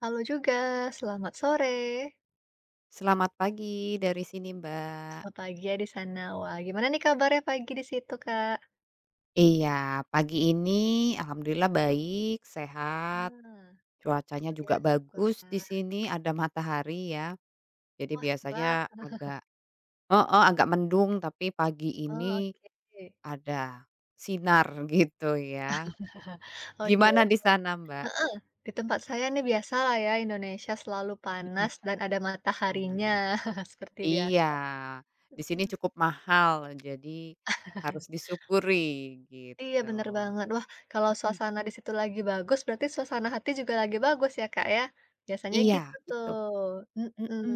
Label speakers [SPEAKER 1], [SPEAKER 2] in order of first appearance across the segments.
[SPEAKER 1] Halo juga, selamat sore.
[SPEAKER 2] Selamat pagi dari sini, Mbak.
[SPEAKER 1] Selamat pagi ya di sana. Wah, gimana nih kabarnya pagi di situ, Kak?
[SPEAKER 2] Iya, pagi ini alhamdulillah baik, sehat,
[SPEAKER 1] Nah,
[SPEAKER 2] cuacanya
[SPEAKER 1] oh ya
[SPEAKER 2] juga bagus di
[SPEAKER 1] syukurlah.
[SPEAKER 2] sini, ada matahari ya. Jadi
[SPEAKER 1] Wah, cerah.
[SPEAKER 2] biasanya agak oh agak mendung, tapi pagi
[SPEAKER 1] Oh,
[SPEAKER 2] ini
[SPEAKER 1] oke.
[SPEAKER 2] ada sinar gitu ya.
[SPEAKER 1] Oke,
[SPEAKER 2] Gimana di sana, Mbak?
[SPEAKER 1] di tempat saya nih biasa lah ya, Indonesia selalu panas
[SPEAKER 2] Mhm,
[SPEAKER 1] dan ada
[SPEAKER 2] panas.
[SPEAKER 1] mataharinya seperti
[SPEAKER 2] Iya,
[SPEAKER 1] biasa.
[SPEAKER 2] di sini
[SPEAKER 1] Mhm,
[SPEAKER 2] cukup mahal, jadi harus disyukuri
[SPEAKER 1] iya
[SPEAKER 2] gitu.
[SPEAKER 1] bener banget. Wah, kalau
[SPEAKER 2] Mhm,
[SPEAKER 1] suasana di situ lagi bagus, berarti suasana hati juga lagi bagus ya, Kak, ya? Biasanya
[SPEAKER 2] iya
[SPEAKER 1] gitu tuh.
[SPEAKER 2] itu,
[SPEAKER 1] Mhm.
[SPEAKER 2] mhm.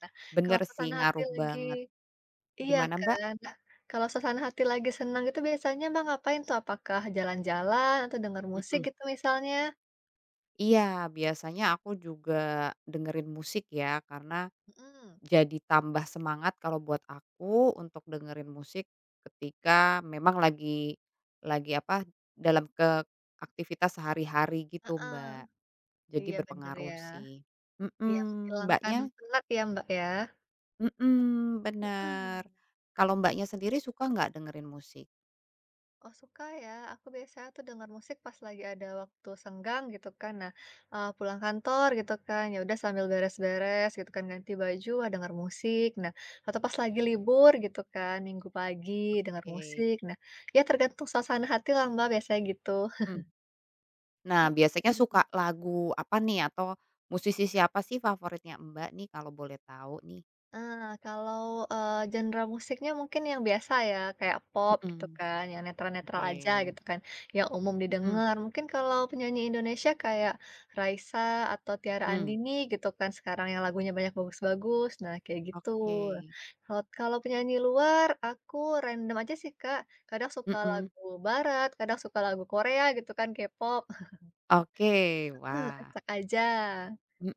[SPEAKER 1] Nah, kalau
[SPEAKER 2] Bener sih,
[SPEAKER 1] suasana hati
[SPEAKER 2] ngaruh
[SPEAKER 1] lagi
[SPEAKER 2] banget.
[SPEAKER 1] iya
[SPEAKER 2] Gimana, Mbak?
[SPEAKER 1] kan. Nah, kalau suasana hati lagi senang gitu biasanya Mbak ngapain tuh? Apakah jalan-jalan atau denger musik
[SPEAKER 2] Mhm.
[SPEAKER 1] gitu misalnya?
[SPEAKER 2] Iya, biasanya aku juga dengerin musik ya, karena
[SPEAKER 1] Mhm.
[SPEAKER 2] jadi tambah semangat kalau buat aku untuk dengerin musik ketika memang lagi apa, dalam ke aktivitas sehari-hari gitu,
[SPEAKER 1] Heeh.
[SPEAKER 2] Mbak. Jadi
[SPEAKER 1] Iya bener
[SPEAKER 2] berpengaruh
[SPEAKER 1] ya.
[SPEAKER 2] sih.
[SPEAKER 1] Iya
[SPEAKER 2] Mhm,
[SPEAKER 1] menghilangkan
[SPEAKER 2] Mbaknya,
[SPEAKER 1] penat ya Mbak ya?
[SPEAKER 2] mhm, bener.
[SPEAKER 1] Mhm.
[SPEAKER 2] Kalau Mbaknya sendiri suka nggak dengerin musik?
[SPEAKER 1] Oh suka ya, aku biasanya tuh denger musik pas lagi ada waktu senggang gitu kan. Nah, pulang kantor gitu kan, ya udah sambil beres-beres gitu kan, ganti baju, ah, denger musik. Nah, atau pas lagi libur gitu kan, minggu pagi denger
[SPEAKER 2] Oke.
[SPEAKER 1] musik. Nah, ya tergantung suasana hati lah Mbak, biasanya gitu.
[SPEAKER 2] Mhm. Nah, biasanya suka lagu apa nih atau musisi siapa sih favoritnya Mbak nih kalau boleh tahu nih?
[SPEAKER 1] Ah kalau, genre musiknya mungkin yang biasa ya, kayak pop gitu
[SPEAKER 2] Mhm.
[SPEAKER 1] kan, yang netral-netral
[SPEAKER 2] Oke,
[SPEAKER 1] aja gitu kan, yang umum
[SPEAKER 2] mhm,
[SPEAKER 1] didengar. Mungkin kalau penyanyi Indonesia kayak Raisa atau Tiara
[SPEAKER 2] mmm,
[SPEAKER 1] Andini gitu kan sekarang yang lagunya banyak bagus-bagus, nah kayak gitu.
[SPEAKER 2] oke,
[SPEAKER 1] Kalau kalau penyanyi luar aku random aja sih Kak, kadang suka
[SPEAKER 2] mhm,
[SPEAKER 1] lagu barat, kadang suka lagu Korea gitu kan, K-pop.
[SPEAKER 2] oke, wah,
[SPEAKER 1] Acak aja.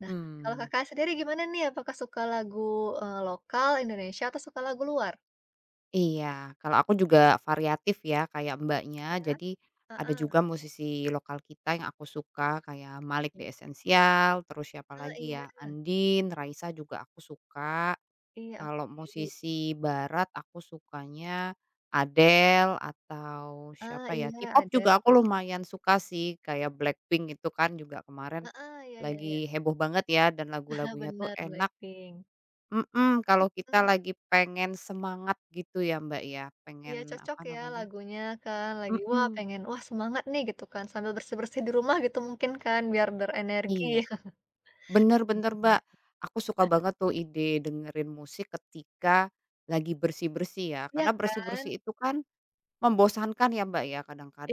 [SPEAKER 1] Nah, kalau Kakak sendiri gimana nih? Apakah suka lagu, lokal Indonesia atau suka lagu luar?
[SPEAKER 2] iya, kalau aku juga variatif ya kayak Mbaknya,
[SPEAKER 1] Ya,
[SPEAKER 2] jadi ada
[SPEAKER 1] heeh.
[SPEAKER 2] juga musisi lokal kita yang aku suka kayak Malik
[SPEAKER 1] Iya.
[SPEAKER 2] The Essential, terus siapa
[SPEAKER 1] Oh,
[SPEAKER 2] lagi
[SPEAKER 1] iya
[SPEAKER 2] ya, Andien, Raisa juga aku suka.
[SPEAKER 1] iya,
[SPEAKER 2] Kalau
[SPEAKER 1] oke.
[SPEAKER 2] musisi barat aku sukanya Adele atau
[SPEAKER 1] Oh,
[SPEAKER 2] siapa ya,
[SPEAKER 1] iya
[SPEAKER 2] K-pop
[SPEAKER 1] ada.
[SPEAKER 2] juga aku lumayan suka sih, kayak Blackpink itu kan juga kemarin
[SPEAKER 1] Heeh, iya iya iya.
[SPEAKER 2] lagi heboh banget ya dan lagu-lagunya tuh
[SPEAKER 1] Bener,
[SPEAKER 2] enak,
[SPEAKER 1] Blackpink.
[SPEAKER 2] mhm, kalau kita
[SPEAKER 1] Mmm,
[SPEAKER 2] lagi pengen semangat gitu ya, Mbak, ya,
[SPEAKER 1] iya
[SPEAKER 2] pengen
[SPEAKER 1] cocok
[SPEAKER 2] apa
[SPEAKER 1] ya
[SPEAKER 2] namanya,
[SPEAKER 1] lagunya kan, lagi wah
[SPEAKER 2] mhm,
[SPEAKER 1] pengen, wah semangat nih gitu kan, sambil bersih-bersih di rumah gitu mungkin kan, biar berenergi.
[SPEAKER 2] iya, bener bener, Mbak. Aku suka banget tuh ide dengerin musik ketika lagi bersih-bersih ya,
[SPEAKER 1] Iya
[SPEAKER 2] karena
[SPEAKER 1] kan?
[SPEAKER 2] bersih-bersih itu kan membosankan ya, Mbak, ya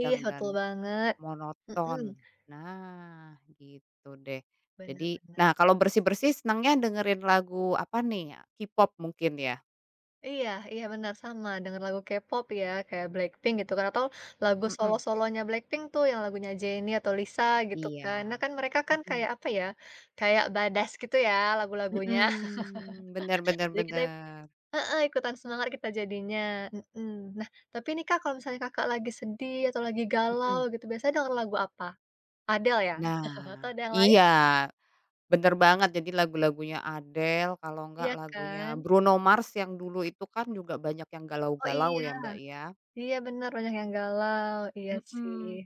[SPEAKER 1] Iya, betul
[SPEAKER 2] dan
[SPEAKER 1] banget. Mhm,
[SPEAKER 2] monoton. Nah, gitu deh.
[SPEAKER 1] bener
[SPEAKER 2] Jadi
[SPEAKER 1] bener.
[SPEAKER 2] nah kalau bersih-bersih senangnya dengerin lagu apa nih, K-pop mungkin ya?
[SPEAKER 1] Iya iya benar sama, dengan lagu K-pop ya, kayak Blackpink gitu kan, atau lagu
[SPEAKER 2] Mhm,
[SPEAKER 1] solo-solonya Blackpink tuh yang lagunya Jennie atau Lisa gitu
[SPEAKER 2] iya,
[SPEAKER 1] kan. Nah kan mereka kan
[SPEAKER 2] mhm,
[SPEAKER 1] kayak apa ya, kayak badass gitu ya lagu-lagunya.
[SPEAKER 2] mhm, bener bener
[SPEAKER 1] Jadi kita ik-
[SPEAKER 2] bener,
[SPEAKER 1] heeh, ikutan semangat kita jadinya, mhm. Nah tapi nih Kak, kalau misalnya Kakak lagi sedih atau lagi galau
[SPEAKER 2] mhm.
[SPEAKER 1] gitu, biasanya denger lagu apa? Adele ya? Atau
[SPEAKER 2] Nah,
[SPEAKER 1] ada yang lain?
[SPEAKER 2] iya bener banget jadi lagu-lagunya Adele kalau enggak
[SPEAKER 1] Iya
[SPEAKER 2] lagunya
[SPEAKER 1] kan?
[SPEAKER 2] Bruno Mars yang dulu itu kan juga banyak yang
[SPEAKER 1] Oh
[SPEAKER 2] galau-galau
[SPEAKER 1] iya
[SPEAKER 2] ya, Mbak, ya.
[SPEAKER 1] iya benar banyak yang galau, iya sih.
[SPEAKER 2] Mhm,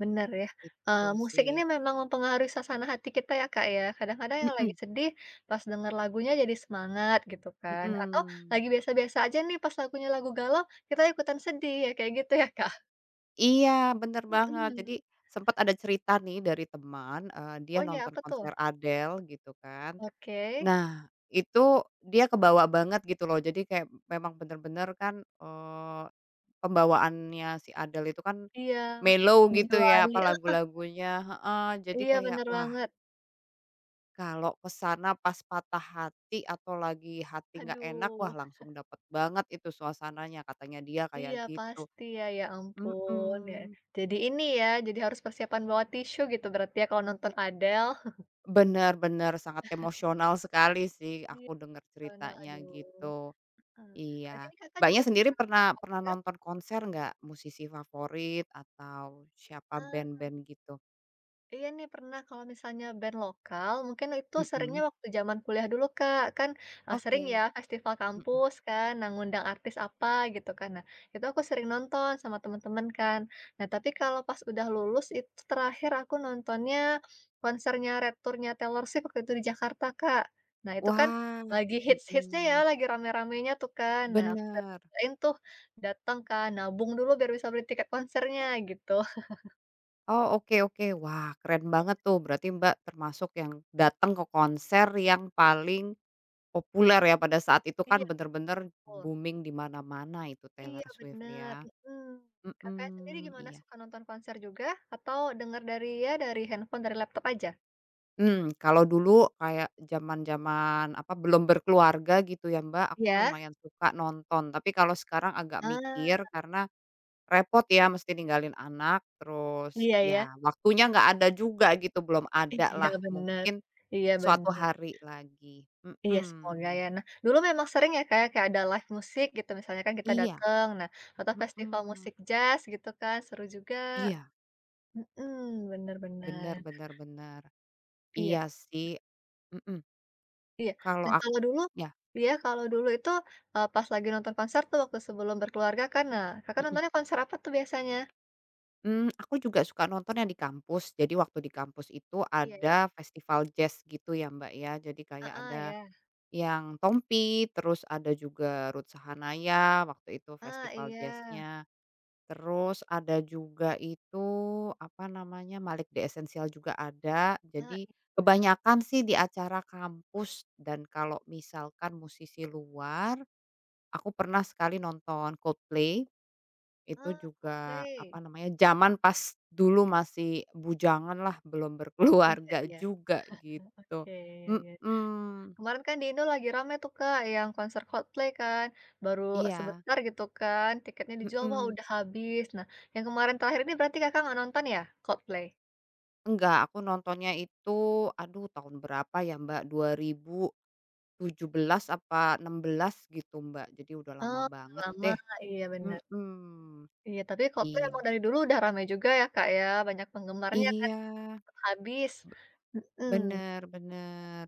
[SPEAKER 1] Bener ya,
[SPEAKER 2] itu
[SPEAKER 1] musik
[SPEAKER 2] sih,
[SPEAKER 1] ini memang mempengaruhi suasana hati kita ya, Kak, ya. Kadang-kadang yang lagi
[SPEAKER 2] mhm.
[SPEAKER 1] sedih, pas denger lagunya jadi semangat gitu kan, atau
[SPEAKER 2] Mhm.
[SPEAKER 1] lagi biasa-biasa aja nih pas lagunya lagu galau, kita ikutan sedih, ya kayak gitu ya, Kak?
[SPEAKER 2] Iya, bener banget. Jadi
[SPEAKER 1] Mhm.
[SPEAKER 2] sempat ada cerita nih dari teman, dia
[SPEAKER 1] Oh iya,
[SPEAKER 2] nonton
[SPEAKER 1] apa tuh?
[SPEAKER 2] konser Adele gitu kan.
[SPEAKER 1] Oke.
[SPEAKER 2] Nah, itu dia kebawa banget gitu loh. Jadi kayak memang pembawaannya si Adele itu kan
[SPEAKER 1] Iya,
[SPEAKER 2] mellow gitu ya,
[SPEAKER 1] menjiwai
[SPEAKER 2] apa
[SPEAKER 1] e
[SPEAKER 2] lagu-lagunya heeh. Jadi
[SPEAKER 1] iya
[SPEAKER 2] kayak,
[SPEAKER 1] bener
[SPEAKER 2] wah,
[SPEAKER 1] banget.
[SPEAKER 2] kalau ke sana pas patah hati atau lagi hati nggak enak, wah
[SPEAKER 1] Aduh,
[SPEAKER 2] langsung dapet banget itu suasananya, katanya dia
[SPEAKER 1] iya
[SPEAKER 2] kayak gitu.
[SPEAKER 1] pasti ya, ya ampun ya.
[SPEAKER 2] Mhm.
[SPEAKER 1] Jadi ini ya, jadi harus persiapan bawa tisu gitu berarti ya kalau nonton Adele.
[SPEAKER 2] Bener bener, sangat emosional sekali sih
[SPEAKER 1] Iya,
[SPEAKER 2] aku dengar
[SPEAKER 1] karena
[SPEAKER 2] ceritanya
[SPEAKER 1] aduh.
[SPEAKER 2] gitu.
[SPEAKER 1] Eee, berarti
[SPEAKER 2] Iya.
[SPEAKER 1] ini Kakak juga
[SPEAKER 2] Mbaknya sendiri
[SPEAKER 1] suka nonton
[SPEAKER 2] pernah pernah
[SPEAKER 1] konser,
[SPEAKER 2] nonton konser nggak? Musisi favorit atau siapa
[SPEAKER 1] eee,
[SPEAKER 2] band-band gitu?
[SPEAKER 1] iya nih pernah kalau misalnya band lokal, mungkin itu seringnya
[SPEAKER 2] Mhm.
[SPEAKER 1] waktu zaman kuliah dulu Kak, kan, sering ya
[SPEAKER 2] Oke.
[SPEAKER 1] festival
[SPEAKER 2] Mhm.
[SPEAKER 1] kampus kan, nah ngundang artis apa gitu kan. Nah, itu aku sering nonton sama teman-teman kan. Nah tapi kalau pas udah lulus itu terakhir aku nontonnya konsernya Red Tour-nya Taylor Swift waktu itu di Jakarta Kak. Nah itu kan
[SPEAKER 2] Wah.
[SPEAKER 1] lagi hits hitsnya ya,
[SPEAKER 2] Mhm.
[SPEAKER 1] lagi rame-ramenya tuh kan. Nah aku
[SPEAKER 2] Bener.
[SPEAKER 1] cobain tuh datang kan, nabung dulu biar bisa beli tiket konsernya gitu.
[SPEAKER 2] Oh, oke oke. Wah, keren banget tuh. Berarti Mbak termasuk yang datang ke konser yang paling populer ya pada saat itu
[SPEAKER 1] Iya.
[SPEAKER 2] kan bener-bener booming di mana-mana itu
[SPEAKER 1] Iya
[SPEAKER 2] Taylor Swift
[SPEAKER 1] bener,
[SPEAKER 2] ya.
[SPEAKER 1] mhm. Kakak sendiri
[SPEAKER 2] Mhm,
[SPEAKER 1] gimana,
[SPEAKER 2] iya.
[SPEAKER 1] suka nonton konser juga atau denger dari ya dari handphone, dari laptop aja?
[SPEAKER 2] Kalau dulu kayak zaman-zaman apa, belum berkeluarga gitu ya, Mbak, aku
[SPEAKER 1] Iya?
[SPEAKER 2] lumayan suka nonton. Tapi kalau sekarang agak
[SPEAKER 1] Ah,
[SPEAKER 2] mikir karena repot ya mesti ninggalin anak, terus
[SPEAKER 1] iya ya.
[SPEAKER 2] ya waktunya nggak ada juga gitu, belum ada
[SPEAKER 1] Iya
[SPEAKER 2] lah,
[SPEAKER 1] bener
[SPEAKER 2] mungkin
[SPEAKER 1] iya
[SPEAKER 2] suatu
[SPEAKER 1] bener.
[SPEAKER 2] hari lagi.
[SPEAKER 1] Iya semoga
[SPEAKER 2] Mhm.
[SPEAKER 1] ya. Nah, dulu memang sering ya Kak ya, kayak ada live musik gitu misalnya kan kita
[SPEAKER 2] Iya,
[SPEAKER 1] dateng, nah atau festival
[SPEAKER 2] mhm.
[SPEAKER 1] musik jazz gitu kan, seru juga.
[SPEAKER 2] Iya,
[SPEAKER 1] Mhm, bener
[SPEAKER 2] bener
[SPEAKER 1] bener.
[SPEAKER 2] bener bener.
[SPEAKER 1] Iya
[SPEAKER 2] Iya sih. Mhm.
[SPEAKER 1] iya.
[SPEAKER 2] Kalau
[SPEAKER 1] Dan
[SPEAKER 2] ak
[SPEAKER 1] kalau dulu
[SPEAKER 2] ya,
[SPEAKER 1] iya, kalau dulu itu, pas lagi nonton konser tuh waktu sebelum berkeluarga kan, nah Kakak
[SPEAKER 2] mhm.
[SPEAKER 1] nontonnya konser apa tuh biasanya?
[SPEAKER 2] Aku juga suka nonton yang di kampus. Jadi waktu di kampus itu
[SPEAKER 1] Iya,
[SPEAKER 2] ada festival jazz gitu ya, Mbak, ya. Jadi kayak
[SPEAKER 1] heeh,
[SPEAKER 2] ada
[SPEAKER 1] ya,
[SPEAKER 2] yang Tompi, terus ada juga Ruth Sahanaya waktu itu
[SPEAKER 1] ah,
[SPEAKER 2] festival
[SPEAKER 1] iya,
[SPEAKER 2] jazz-nya. Terus ada juga itu, apa namanya, Malik The Essential juga ada.
[SPEAKER 1] ah,
[SPEAKER 2] Jadi kebanyakan sih di acara kampus dan kalau misalkan musisi luar, aku pernah sekali nonton Coldplay. Itu
[SPEAKER 1] ah,
[SPEAKER 2] juga,
[SPEAKER 1] Coldplay,
[SPEAKER 2] apa namanya, zaman pas dulu masih bujangan lah belum
[SPEAKER 1] iya
[SPEAKER 2] berkeluarga
[SPEAKER 1] iya,
[SPEAKER 2] juga, gitu.
[SPEAKER 1] oke, iya iya.
[SPEAKER 2] Mhm,
[SPEAKER 1] Kemarin kan di Indo lagi rame tuh, Kak, yang konser Coldplay kan, baru
[SPEAKER 2] iya,
[SPEAKER 1] sebentar gitu kan, tiketnya dijual, wah,
[SPEAKER 2] mhm.
[SPEAKER 1] udah habis. Nah, yang kemarin terakhir ini berarti Kakak nggak nonton ya, Coldplay?
[SPEAKER 2] Enggak, aku nontonnya itu, aduh tahun berapa ya Mbak, 2017 apa 16 gitu Mbak, jadi udah lama
[SPEAKER 1] Oh, udah
[SPEAKER 2] banget
[SPEAKER 1] lama,
[SPEAKER 2] deh.
[SPEAKER 1] iya bener.
[SPEAKER 2] Mhm,
[SPEAKER 1] Iya, tapi Coldplay
[SPEAKER 2] iya
[SPEAKER 1] emang dari dulu udah rame juga ya, Kak, ya, banyak penggemarnya kan,
[SPEAKER 2] iya,
[SPEAKER 1] cepet habis,
[SPEAKER 2] be
[SPEAKER 1] mhm,
[SPEAKER 2] bener bener.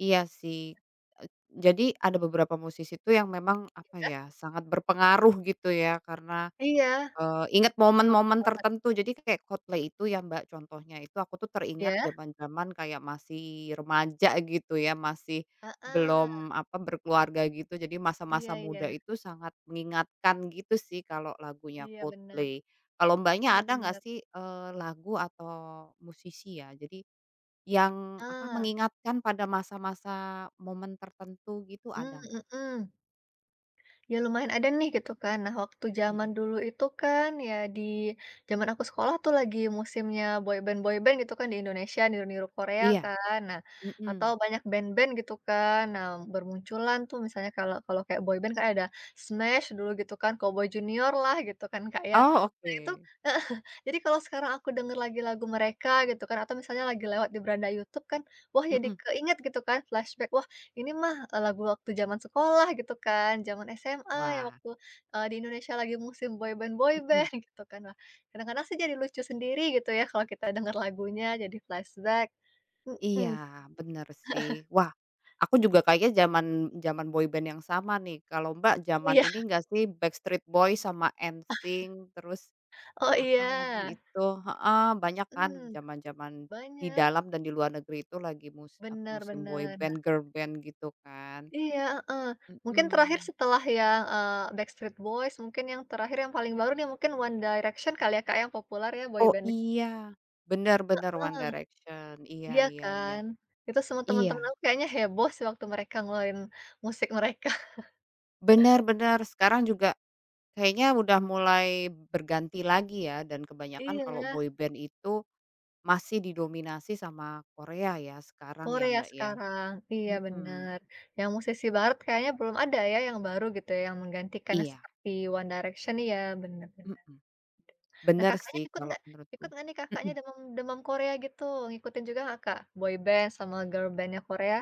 [SPEAKER 2] Iya sih, jadi ada beberapa musisi tuh yang memang, apa ya, sangat berpengaruh gitu ya karena,
[SPEAKER 1] iya,
[SPEAKER 2] ingat
[SPEAKER 1] iya, betul
[SPEAKER 2] momen-momen
[SPEAKER 1] banget,
[SPEAKER 2] tertentu. Jadi kayak Coldplay itu ya, Mbak, contohnya itu aku tuh teringat
[SPEAKER 1] iya?
[SPEAKER 2] zaman-zaman kayak masih remaja gitu ya, masih
[SPEAKER 1] Heeh,
[SPEAKER 2] belum, apa, berkeluarga gitu. Jadi
[SPEAKER 1] iya
[SPEAKER 2] masa-masa
[SPEAKER 1] iya,
[SPEAKER 2] muda itu sangat mengingatkan gitu sih kalau lagunya
[SPEAKER 1] iya bener.
[SPEAKER 2] Coldplay. Kalau Mbaknya
[SPEAKER 1] Iya
[SPEAKER 2] ada nggak
[SPEAKER 1] benar.
[SPEAKER 2] sih, lagu atau musisi ya, jadi yang apa,
[SPEAKER 1] Nah,
[SPEAKER 2] mengingatkan pada masa-masa momen tertentu gitu
[SPEAKER 1] mmm,
[SPEAKER 2] ada nggak?
[SPEAKER 1] mhm. Ya lumayan ada nih gitu kan. Nah waktu
[SPEAKER 2] Mhm.
[SPEAKER 1] zaman dulu itu kan ya di zaman aku sekolah tuh lagi musimnya boyband-boyband gitu kan di Indonesia, niru-niru Korea
[SPEAKER 2] Iya,
[SPEAKER 1] kan. Nah, atau
[SPEAKER 2] mhm.
[SPEAKER 1] banyak band-band gitu kan. Nah bermunculan tuh misalnya kalau kalau kayak boyband kan ada Smash dulu gitu kan, Cowboy Junior lah gitu kan Kak ya.
[SPEAKER 2] Oh
[SPEAKER 1] Nah itu
[SPEAKER 2] oke,
[SPEAKER 1] jadi kalau sekarang aku denger lagi lagu mereka gitu kan, atau misalnya lagi lewat di beranda YouTube kan, wah jadi
[SPEAKER 2] mhm.
[SPEAKER 1] keinget gitu kan flashback, ini mah, lagu waktu zaman sekolah gitu kan, zaman SMA yang
[SPEAKER 2] Wah,
[SPEAKER 1] waktu, di Indonesia lagi musim
[SPEAKER 2] mhm.
[SPEAKER 1] boyband-boyband gitu kan. Wah, kadang-kadang sih jadi lucu sendiri gitu ya kalau kita dengar lagunya, jadi flashback.
[SPEAKER 2] Iya,
[SPEAKER 1] Mhm.
[SPEAKER 2] bener sih. Wah, aku juga kayaknya zaman zaman boyband yang sama nih. Kalau Mbak
[SPEAKER 1] Oh
[SPEAKER 2] zaman
[SPEAKER 1] iya
[SPEAKER 2] ini nggak sih Backstreet Boys sama NSYNC terus
[SPEAKER 1] oh
[SPEAKER 2] apa lagi
[SPEAKER 1] iya.
[SPEAKER 2] itu heeh, banyak kan
[SPEAKER 1] Mhm,
[SPEAKER 2] zaman-zaman di
[SPEAKER 1] banyak.
[SPEAKER 2] dalam dan di luar negeri itu lagi musim
[SPEAKER 1] Benar-benar.
[SPEAKER 2] boyband, girlband gitu kan.
[SPEAKER 1] Iya, heeh. Mungkin terakhir
[SPEAKER 2] Mhm.
[SPEAKER 1] setelah yang, Backstreet Boys, mungkin yang terakhir yang paling baru nih mungkin One Direction kali ya, Kak, yang populer ya
[SPEAKER 2] Oh
[SPEAKER 1] boybandnya.
[SPEAKER 2] iya, benar-benar One Direction, iya
[SPEAKER 1] Iya
[SPEAKER 2] iya iya.
[SPEAKER 1] kan? Itu semua
[SPEAKER 2] Iya,
[SPEAKER 1] teman-teman aku kayaknya heboh sih waktu mereka ngeluarin musik mereka.
[SPEAKER 2] benar-benar sekarang juga kayaknya udah mulai berganti lagi ya dan kebanyakan kalau
[SPEAKER 1] Iya,
[SPEAKER 2] boyband itu masih didominasi sama Korea ya sekarang ya,
[SPEAKER 1] Korea
[SPEAKER 2] Mbak, ya,
[SPEAKER 1] sekarang. Iya
[SPEAKER 2] mhm,
[SPEAKER 1] benar. Yang musisi barat kayaknya belum ada ya yang baru gitu ya, yang menggantikannya
[SPEAKER 2] iya,
[SPEAKER 1] seperti One Direction iya, benar bener.
[SPEAKER 2] mhm,
[SPEAKER 1] Nah
[SPEAKER 2] bener
[SPEAKER 1] Kakaknya
[SPEAKER 2] sih
[SPEAKER 1] ikut
[SPEAKER 2] kalau
[SPEAKER 1] nggak
[SPEAKER 2] menurutku,
[SPEAKER 1] nih Kakaknya
[SPEAKER 2] mhm.
[SPEAKER 1] demam demam Korea gitu? Ngikutin juga nggak Kak, Boy band sama girl bandnya Korea?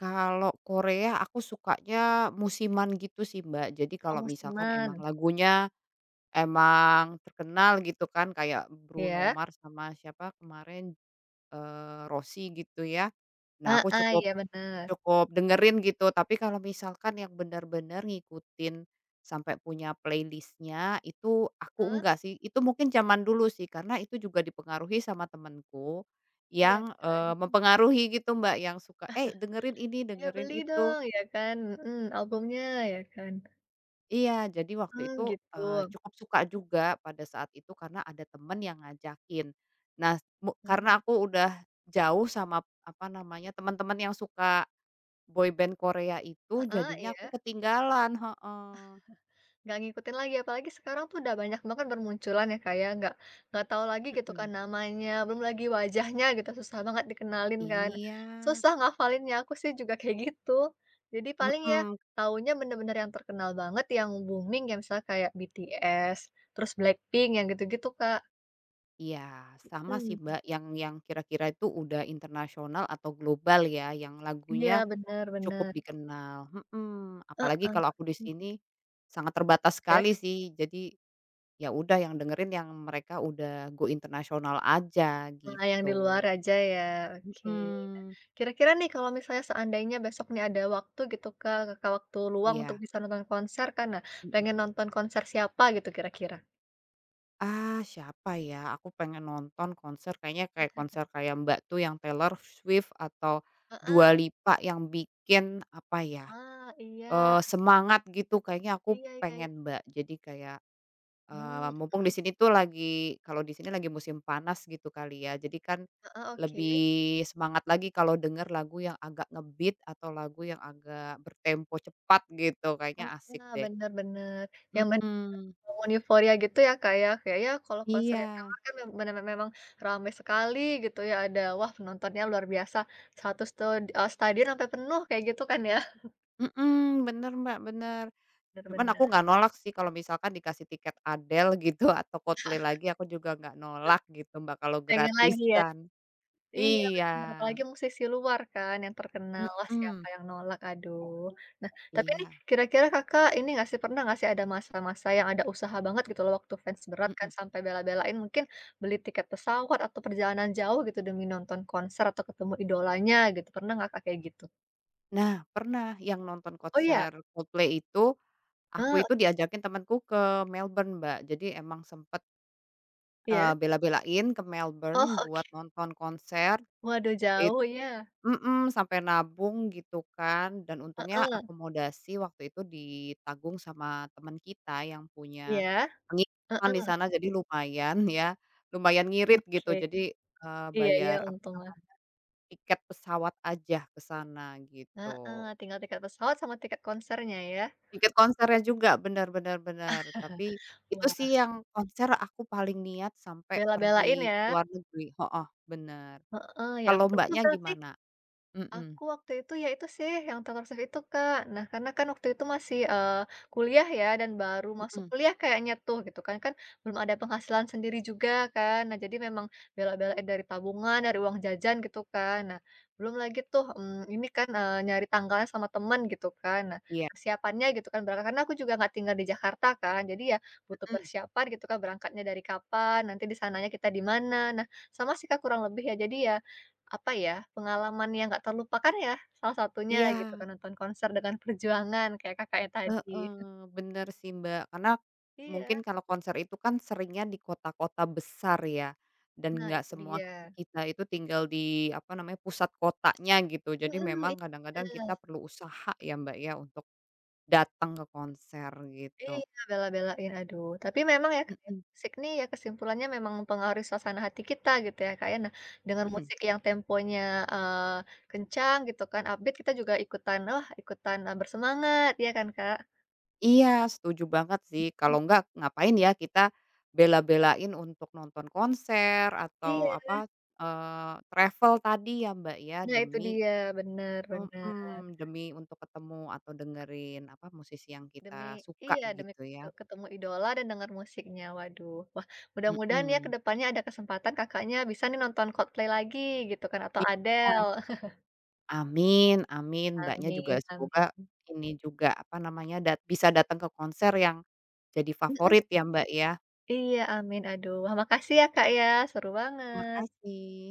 [SPEAKER 2] Kalau Korea aku sukanya musiman gitu sih, Mbak, jadi
[SPEAKER 1] Oh
[SPEAKER 2] kalau misalkan emang
[SPEAKER 1] musiman?
[SPEAKER 2] lagunya emang terkenal gitu kan kayak Bruno
[SPEAKER 1] Iya?
[SPEAKER 2] Mars sama siapa kemarin, Rossi gitu ya. Nah
[SPEAKER 1] Ah
[SPEAKER 2] aku
[SPEAKER 1] ah,
[SPEAKER 2] cukup
[SPEAKER 1] iya benar.
[SPEAKER 2] cukup dengerin gitu, tapi kalau misalkan yang bener-bener ngikutin sampai punya playlist-nya itu aku
[SPEAKER 1] Heeh,
[SPEAKER 2] enggak sih, itu mungkin zaman dulu sih karena itu juga dipengaruhi sama temenku
[SPEAKER 1] iya
[SPEAKER 2] yang,
[SPEAKER 1] kan? Mhm.
[SPEAKER 2] mempengaruhi gitu Mbak yang suka, "Eh dengerin ini,
[SPEAKER 1] Iya
[SPEAKER 2] dengerin
[SPEAKER 1] beli
[SPEAKER 2] itu."
[SPEAKER 1] dong, ya kan? Mhm, albumnya, ya kan?
[SPEAKER 2] Iya, jadi waktu itu,
[SPEAKER 1] Gitu.
[SPEAKER 2] cukup suka juga pada saat itu karena ada temen yang ngajakin. Nah,
[SPEAKER 1] Mmm.
[SPEAKER 2] karena aku udah jauh sama, apa namanya, teman-teman yang suka boyband Korea itu,
[SPEAKER 1] Heeh,
[SPEAKER 2] jadinya aku
[SPEAKER 1] iya.
[SPEAKER 2] ketinggalan heeh,
[SPEAKER 1] Nggak ngikutin lagi, apalagi sekarang tuh udah banyak banget bermunculan ya, Kak, ya, nggak tahu lagi gitu kan
[SPEAKER 2] mhm.
[SPEAKER 1] namanya, belum lagi wajahnya gitu, susah banget dikenalin kan.
[SPEAKER 2] Iya,
[SPEAKER 1] Susah ngafalinnya, aku sih juga kayak gitu. Jadi paling ya
[SPEAKER 2] mhm,
[SPEAKER 1] taunya bener-bener yang terkenal banget, yang booming, yang misalnya kayak BTS, terus Blackpink, yang gitu-gitu, Kak.
[SPEAKER 2] iya, sama sih,
[SPEAKER 1] Mmm.
[SPEAKER 2] Mbak, yang kira-kira itu udah internasional atau global ya, yang
[SPEAKER 1] Iya,
[SPEAKER 2] lagunya
[SPEAKER 1] bener
[SPEAKER 2] cukup
[SPEAKER 1] bener.
[SPEAKER 2] dikenal, mhm,
[SPEAKER 1] Heeh.
[SPEAKER 2] apalagi kalau aku di
[SPEAKER 1] Mhm,
[SPEAKER 2] sini sangat terbatas
[SPEAKER 1] ya?
[SPEAKER 2] sekali sih, jadi ya udah yang dengerin yang mereka udah go internasional aja
[SPEAKER 1] Nah, yang di luar
[SPEAKER 2] gitu.
[SPEAKER 1] aja ya, oke.
[SPEAKER 2] Mhm.
[SPEAKER 1] Kira-kira nih kalau misalnya seandainya besok nih ada waktu gitu, Kak, Kakak waktu luang untuk
[SPEAKER 2] Iya,
[SPEAKER 1] bisa nonton konser kan, nah
[SPEAKER 2] mhm.
[SPEAKER 1] pengen nonton konser siapa gitu kira-kira?
[SPEAKER 2] Ah, siapa ya? Aku pengen nonton konser kayaknya kayak konser kayak Mbak tuh yang Taylor Swift atau Dua
[SPEAKER 1] Heeh.
[SPEAKER 2] Lipa yang bikin apa ya,
[SPEAKER 1] Ah, iya
[SPEAKER 2] semangat gitu kayaknya aku
[SPEAKER 1] iya iya iya.
[SPEAKER 2] pengen Mbak. Jadi kayak
[SPEAKER 1] Mhm,
[SPEAKER 2] Mumpung di sini tuh lagi kalau di sini lagi musim panas gitu kali ya, jadi kan
[SPEAKER 1] heeh, oke.
[SPEAKER 2] lebih semangat lagi kalau denger lagu yang agak ngebeat atau lagu yang agak bertempo cepat gitu, kayaknya asik
[SPEAKER 1] Heeh,
[SPEAKER 2] deh.
[SPEAKER 1] bener bener. Yang bener
[SPEAKER 2] Mhm,
[SPEAKER 1] bangun euforia gitu ya, Kak, ya, kayaknya kalau konser yang di
[SPEAKER 2] iya,
[SPEAKER 1] luar kan bener memang ramai sekali gitu ya, ada wah penontonnya luar biasa, satu stadion sampai penuh kayak gitu kan ya.
[SPEAKER 2] mhm, bener Mbak, bener.
[SPEAKER 1] Bener
[SPEAKER 2] Cuman aku
[SPEAKER 1] bener.
[SPEAKER 2] nggak nolak sih kalau misalkan dikasih tiket Adele gitu atau Coldplay lagi aku juga nggak nolak gitu Mbak, kalau
[SPEAKER 1] Pengen lagi ya?
[SPEAKER 2] gratisan.
[SPEAKER 1] Iya
[SPEAKER 2] Iya,
[SPEAKER 1] bener, apalagi musisi luar kan yang terkenal, lah siapa
[SPEAKER 2] mhm,
[SPEAKER 1] yang nolak, aduh. Nah, tapi nih
[SPEAKER 2] iya,
[SPEAKER 1] kira-kira Kakak ini nggak sih, pernah nggak sih ada masa-masa yang ada usaha banget gitu loh waktu fans berat kan
[SPEAKER 2] mhm.
[SPEAKER 1] sampai bela-belain mungkin beli tiket pesawat atau perjalanan jauh gitu demi nonton konser atau ketemu idolanya gitu, pernah nggak Kak kayak gitu?
[SPEAKER 2] Nah, pernah yang nonton
[SPEAKER 1] Oh iya?
[SPEAKER 2] konser Coldplay itu, aku
[SPEAKER 1] Eee,
[SPEAKER 2] itu diajakin temanku ke Melbourne, Mbak. Jadi emang sempet,
[SPEAKER 1] iya?
[SPEAKER 2] bela-belain ke
[SPEAKER 1] Oh
[SPEAKER 2] Melbourne
[SPEAKER 1] oke.
[SPEAKER 2] buat nonton konser,
[SPEAKER 1] Waduh
[SPEAKER 2] it
[SPEAKER 1] jauh ya?
[SPEAKER 2] mhm, sampai nabung gitu kan dan untungnya
[SPEAKER 1] Heeh.
[SPEAKER 2] akomodasi waktu itu ditanggung sama teman kita yang punya
[SPEAKER 1] Iya?
[SPEAKER 2] penginapan di
[SPEAKER 1] Heeh,
[SPEAKER 2] sana jadi lumayan ya, lumayan ngirit gitu.
[SPEAKER 1] oke.
[SPEAKER 2] Jadi,
[SPEAKER 1] Iya ya,
[SPEAKER 2] bayar apa
[SPEAKER 1] untunglah.
[SPEAKER 2] namanya, tiket pesawat aja ke sana gitu.
[SPEAKER 1] Heeh, tinggal tiket pesawat sama tiket konsernya ya?
[SPEAKER 2] Tiket konsernya juga, bener bener bener. Tapi itu sih yang konser aku paling niat sampai
[SPEAKER 1] Bela-belain
[SPEAKER 2] pergi
[SPEAKER 1] ya,
[SPEAKER 2] ke luar negeri heeh, bener.
[SPEAKER 1] heeh, ya
[SPEAKER 2] Kalau
[SPEAKER 1] ampun itu
[SPEAKER 2] Mbaknya
[SPEAKER 1] berarti,
[SPEAKER 2] gimana? Mhm
[SPEAKER 1] aku waktu itu, ya itu sih yang terkursiv itu, Kak. Nah, karena kan waktu itu masih, kuliah ya dan baru masuk
[SPEAKER 2] mhm,
[SPEAKER 1] kuliah kayaknya tuh gitu kan, kan belum ada penghasilan sendiri juga kan. Nah, jadi memang bela-belain dari tabungan, dari uang jajan gitu kan. Nah, belum lagi tuh, ini kan, nyari tanggalnya sama temen gitu kan. Nah,
[SPEAKER 2] iya
[SPEAKER 1] persiapannya gitu kan berangkat karena aku juga nggak tinggal di Jakarta kan, jadi ya butuh
[SPEAKER 2] mhm,
[SPEAKER 1] persiapan gitu kan berangkatnya dari kapan, nanti di sananya kita di mana. Nah, sama sih, Kak, kurang lebih ya. Jadi ya apa ya, pengalaman yang nggak terlupakan ya, salah satunya gitu
[SPEAKER 2] iya,
[SPEAKER 1] kan nonton konser dengan Perjuangan kayak Kakaknya tadi.
[SPEAKER 2] heeh, bener sih, Mbak, karena
[SPEAKER 1] Iya,
[SPEAKER 2] mungkin kalau konser itu kan seringnya di kota-kota besar ya, dan
[SPEAKER 1] nah
[SPEAKER 2] nggak
[SPEAKER 1] itu
[SPEAKER 2] semua
[SPEAKER 1] dia.
[SPEAKER 2] kita itu tinggal di, apa namanya, pusat kotanya gitu. Jadi
[SPEAKER 1] Mhm,
[SPEAKER 2] memang kadang-kadang kita perlu usaha ya, Mbak, ya, untuk datang ke konser
[SPEAKER 1] iya,
[SPEAKER 2] gitu,
[SPEAKER 1] bela-belain, aduh. Tapi memang ya Kak ya,
[SPEAKER 2] mhm.
[SPEAKER 1] musik nih ya kesimpulannya memang mempengaruhi suasana hati kita gitu ya Kak ya. Nah, dengan
[SPEAKER 2] Mhm.
[SPEAKER 1] musik yang temponya, kencang gitu kan, upbeat, kita juga ikutan, wah ikutan, bersemangat, ya kan Kak?
[SPEAKER 2] Iya, setuju banget sih.
[SPEAKER 1] Mhm,
[SPEAKER 2] Kalau enggak ngapain ya kita bela-belain untuk nonton konser
[SPEAKER 1] iya,
[SPEAKER 2] atau apa, travel tadi ya, Mbak, ya,
[SPEAKER 1] nah itu
[SPEAKER 2] demi
[SPEAKER 1] dia, benar-benar.
[SPEAKER 2] mhm, demi untuk ketemu atau dengerin apa, musisi yang
[SPEAKER 1] Demi
[SPEAKER 2] kita suka
[SPEAKER 1] iya, demi
[SPEAKER 2] gitu ya.
[SPEAKER 1] ketemu idola dan dengar musiknya, waduh. Wah, mudah-mudahan ya ke
[SPEAKER 2] Mhm.
[SPEAKER 1] depannya ada kesempatan Kakaknya bisa nih nonton Coldplay lagi gitu kan atau
[SPEAKER 2] Iya,
[SPEAKER 1] Adele.
[SPEAKER 2] amin amin, Mbaknya juga
[SPEAKER 1] Amin amin.
[SPEAKER 2] semoga ini juga apa namanya, bisa datang ke konser yang jadi favorit
[SPEAKER 1] Mhm,
[SPEAKER 2] ya, Mbak, ya.
[SPEAKER 1] iya, amin. Aduh, wah makasih ya, Kak, ya, seru banget.
[SPEAKER 2] Makasih.